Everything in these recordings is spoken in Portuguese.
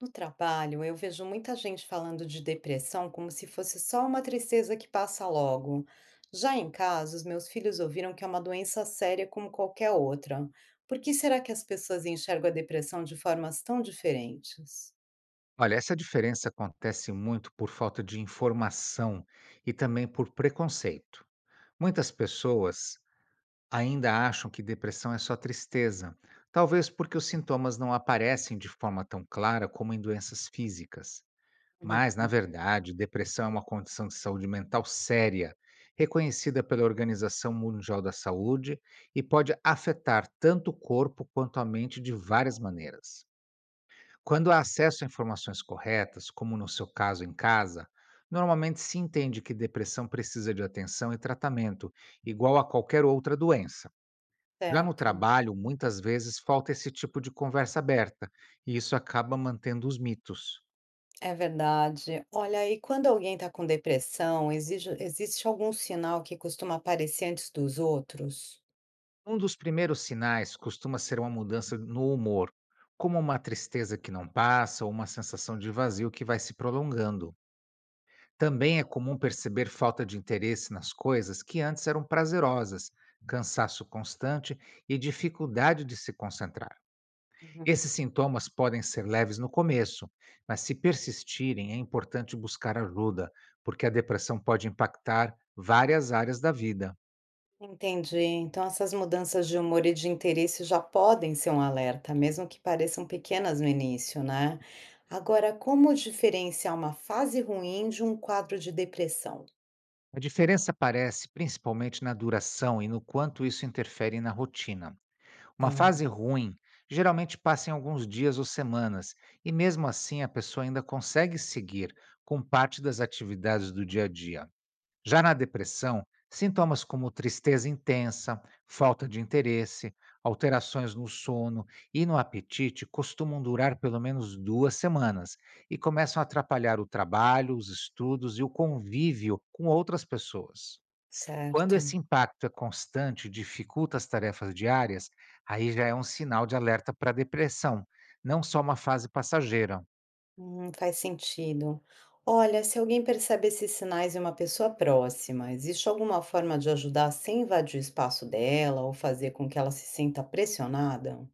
No trabalho, eu vejo muita gente falando de depressão como se fosse só uma tristeza que passa logo. Já em casa, os meus filhos ouviram que é uma doença séria como qualquer outra. Por que será que as pessoas enxergam a depressão de formas tão diferentes? Olha, essa diferença acontece muito por falta de informação e também por preconceito. Muitas pessoas ainda acham que depressão é só tristeza, talvez porque os sintomas não aparecem de forma tão clara como em doenças físicas. Mas, na Uhum. verdade, depressão é uma condição de saúde mental séria, reconhecida pela Organização Mundial da Saúde e pode afetar tanto o corpo quanto a mente de várias maneiras. Quando há acesso a informações corretas, como no seu caso em casa, normalmente se entende que depressão precisa de atenção e tratamento, igual a qualquer outra doença. Já no Certo, trabalho, muitas vezes falta esse tipo de conversa aberta, e isso acaba mantendo os mitos. é verdade. Olha, e quando alguém está com depressão, existe algum sinal que costuma aparecer antes dos outros? Um dos primeiros sinais costuma ser uma mudança no humor, como uma tristeza que não passa ou uma sensação de vazio que vai se prolongando. Também é comum perceber falta de interesse nas coisas que antes eram prazerosas, cansaço constante e dificuldade de se concentrar. Esses sintomas podem ser leves no começo, mas se persistirem, é importante buscar ajuda, porque a depressão pode impactar várias áreas da vida. Entendi. Então, essas mudanças de humor e de interesse já podem ser um alerta, mesmo que pareçam pequenas no início, né? Agora, como diferenciar uma fase ruim de um quadro de depressão? A diferença aparece principalmente na duração e no quanto isso interfere na rotina. Uma Tá, fase ruim geralmente passa em alguns dias ou semanas, e mesmo assim a pessoa ainda consegue seguir com parte das atividades do dia a dia. Já na depressão, sintomas como tristeza intensa, falta de interesse, alterações no sono e no apetite costumam durar pelo menos duas semanas e começam a atrapalhar o trabalho, os estudos e o convívio com outras pessoas. Quando certo. esse impacto é constante e dificulta as tarefas diárias, aí já é um sinal de alerta para depressão, não só uma fase passageira. Faz sentido. Olha, se alguém percebe esses sinais em uma pessoa próxima, existe alguma forma de ajudar sem invadir o espaço dela ou fazer com que ela se sinta pressionada?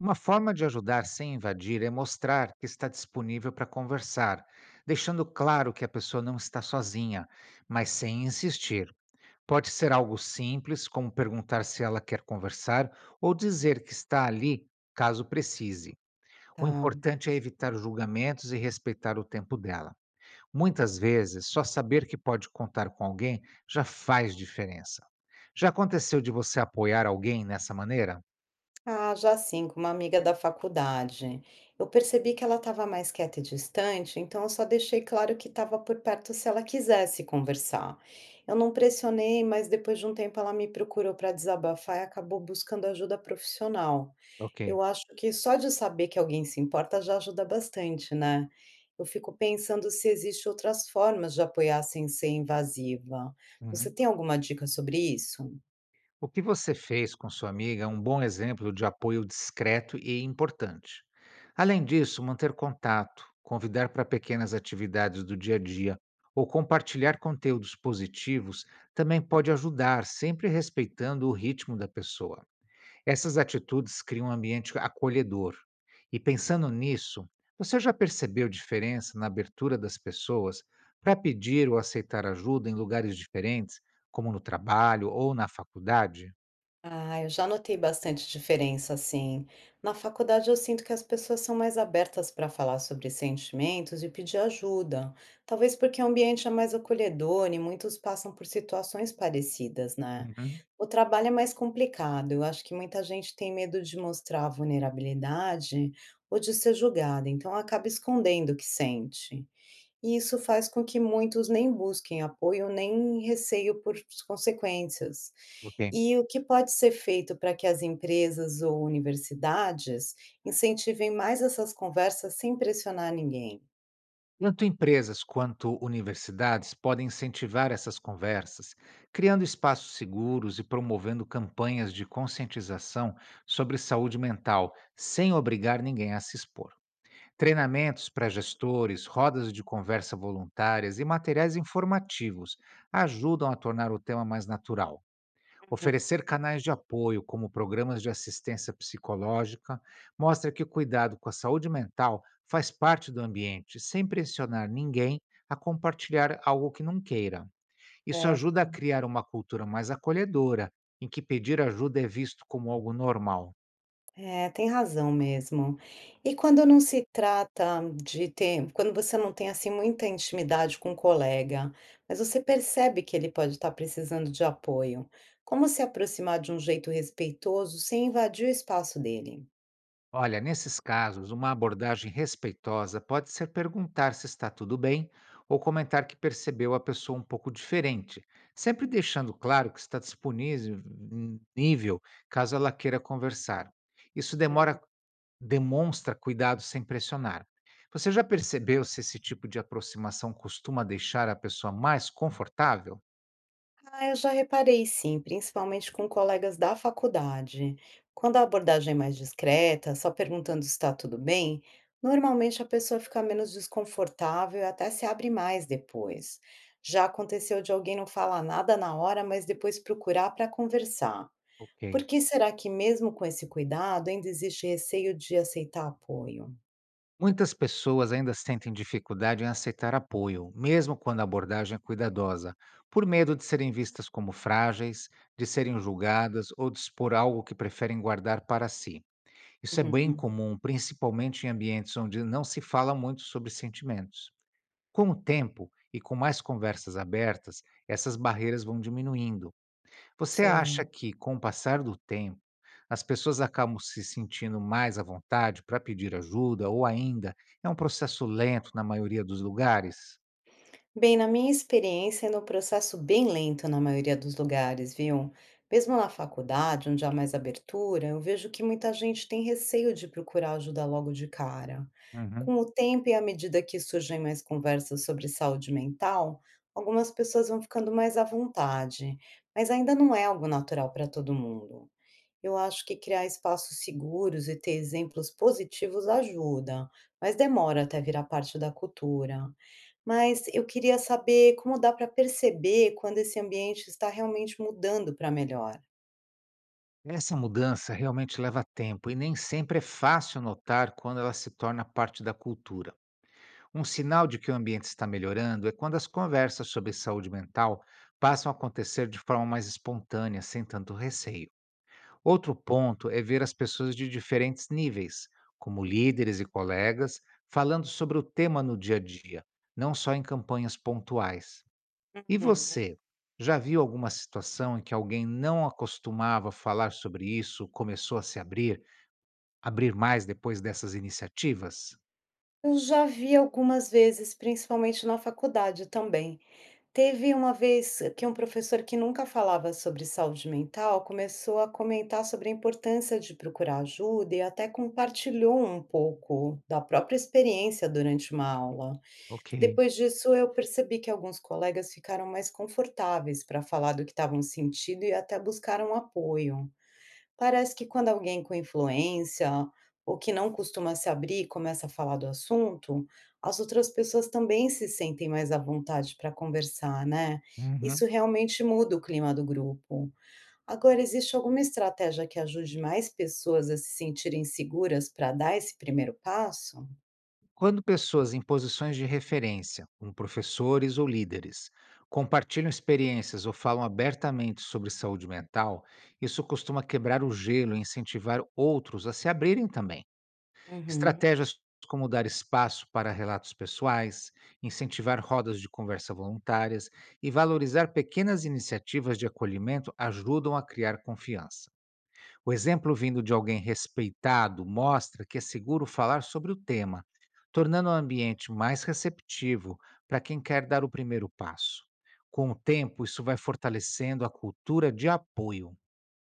Uma forma de ajudar sem invadir é mostrar que está disponível para conversar, deixando claro que a pessoa não está sozinha, mas sem insistir. Pode ser algo simples, como perguntar se ela quer conversar ou dizer que está ali caso precise. O Tá. importante é evitar julgamentos e respeitar o tempo dela. Muitas vezes, só saber que pode contar com alguém já faz diferença. Já aconteceu de você apoiar alguém nessa maneira? Ah, já sim, com uma amiga da faculdade. Eu percebi que ela estava mais quieta e distante, então eu só deixei claro que estava por perto se ela quisesse conversar. Eu não pressionei, mas depois de um tempo ela me procurou para desabafar e acabou buscando ajuda profissional. Ok. Eu acho que só de saber que alguém se importa já ajuda bastante, né? Eu fico pensando se existem outras formas de apoiar sem ser invasiva. Você Uhum. tem alguma dica sobre isso? O que você fez com sua amiga é um bom exemplo de apoio discreto e importante. Além disso, manter contato, convidar para pequenas atividades do dia a dia ou compartilhar conteúdos positivos também pode ajudar, sempre respeitando o ritmo da pessoa. Essas atitudes criam um ambiente acolhedor. E pensando nisso, você já percebeu diferença na abertura das pessoas para pedir ou aceitar ajuda em lugares diferentes, como no trabalho ou na faculdade? Ah, eu já notei bastante diferença, assim. Na faculdade eu sinto que as pessoas são mais abertas para falar sobre sentimentos e pedir ajuda. Talvez porque o ambiente é mais acolhedor e muitos passam por situações parecidas, né? Uhum. O trabalho é mais complicado. Eu acho que muita gente tem medo de mostrar vulnerabilidade ou de ser julgada, então acaba escondendo o que sente. E isso faz com que muitos nem busquem apoio nem receio por consequências. Ok. E o que pode ser feito para que as empresas ou universidades incentivem mais essas conversas sem pressionar ninguém? Tanto empresas quanto universidades podem incentivar essas conversas, criando espaços seguros e promovendo campanhas de conscientização sobre saúde mental, sem obrigar ninguém a se expor. Treinamentos para gestores, rodas de conversa voluntárias e materiais informativos ajudam a tornar o tema mais natural. Uhum. Oferecer canais de apoio, como programas de assistência psicológica, mostra que o cuidado com a saúde mental faz parte do ambiente, sem pressionar ninguém a compartilhar algo que não queira. Isso ajuda Certo. a criar uma cultura mais acolhedora, em que pedir ajuda é visto como algo normal. É, tem razão mesmo. E quando não se trata de ter, quando você não tem assim muita intimidade com o colega, mas você percebe que ele pode estar precisando de apoio, como se aproximar de um jeito respeitoso sem invadir o espaço dele? Olha, nesses casos, uma abordagem respeitosa pode ser perguntar se está tudo bem ou comentar que percebeu a pessoa um pouco diferente, sempre deixando claro que está disponível nível caso ela queira conversar. Isso demonstra cuidado sem pressionar. Você já percebeu se esse tipo de aproximação costuma deixar a pessoa mais confortável? Ah, eu já reparei sim, principalmente com colegas da faculdade. Quando a abordagem é mais discreta, só perguntando se está tudo bem, normalmente a pessoa fica menos desconfortável e até se abre mais depois. Já aconteceu de alguém não falar nada na hora, mas depois procurar para conversar. Ok. Por que será que, mesmo com esse cuidado, ainda existe receio de aceitar apoio? Muitas pessoas ainda sentem dificuldade em aceitar apoio, mesmo quando a abordagem é cuidadosa, por medo de serem vistas como frágeis, de serem julgadas ou de expor algo que preferem guardar para si. Isso é bem Uhum, comum, principalmente em ambientes onde não se fala muito sobre sentimentos. Com o tempo e com mais conversas abertas, essas barreiras vão diminuindo. Você sei. acha que, com o passar do tempo, as pessoas acabam se sentindo mais à vontade para pedir ajuda ou ainda é um processo lento na maioria dos lugares? Bem, na minha experiência, é no processo bem lento na maioria dos lugares, viu? Mesmo na faculdade, onde há mais abertura, eu vejo que muita gente tem receio de procurar ajuda logo de cara. Com Uhum. o tempo e à medida que surgem mais conversas sobre saúde mental, algumas pessoas vão ficando mais à vontade, mas ainda não é algo natural para todo mundo. Eu acho que criar espaços seguros e ter exemplos positivos ajuda, mas demora até virar parte da cultura. Mas eu queria saber como dá para perceber quando esse ambiente está realmente mudando para melhor. Essa mudança realmente leva tempo e nem sempre é fácil notar quando ela se torna parte da cultura. Um sinal de que o ambiente está melhorando é quando as conversas sobre saúde mental passam a acontecer de forma mais espontânea, sem tanto receio. Outro ponto é ver as pessoas de diferentes níveis, como líderes e colegas, falando sobre o tema no dia a dia, não só em campanhas pontuais. E Uhum. você, já viu alguma situação em que alguém não acostumava falar sobre isso, começou a se abrir mais depois dessas iniciativas? Eu já vi algumas vezes, principalmente na faculdade também. Teve uma vez que um professor que nunca falava sobre saúde mental começou a comentar sobre a importância de procurar ajuda e até compartilhou um pouco da própria experiência durante uma aula. Ok. Depois disso, eu percebi que alguns colegas ficaram mais confortáveis para falar do que estavam sentindo e até buscaram apoio. Parece que quando alguém com influência ou que não costuma se abrir começa a falar do assunto, as outras pessoas também se sentem mais à vontade para conversar, né? Isso Uhum. realmente muda o clima do grupo. Agora, existe alguma estratégia que ajude mais pessoas a se sentirem seguras para dar esse primeiro passo? Quando pessoas em posições de referência, como professores ou líderes, compartilham experiências ou falam abertamente sobre saúde mental, isso costuma quebrar o gelo e incentivar outros a se abrirem também. Uhum, Estratégias como dar espaço para relatos pessoais, incentivar rodas de conversa voluntárias e valorizar pequenas iniciativas de acolhimento ajudam a criar confiança. O exemplo vindo de alguém respeitado mostra que é seguro falar sobre o tema, tornando o ambiente mais receptivo para quem quer dar o primeiro passo. Com o tempo, isso vai fortalecendo a cultura de apoio.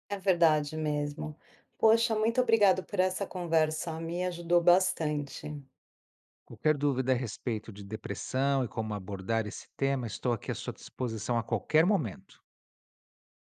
é verdade mesmo. Poxa, muito obrigado por essa conversa, me ajudou bastante. Qualquer dúvida a respeito de depressão e como abordar esse tema, estou aqui à sua disposição a qualquer momento.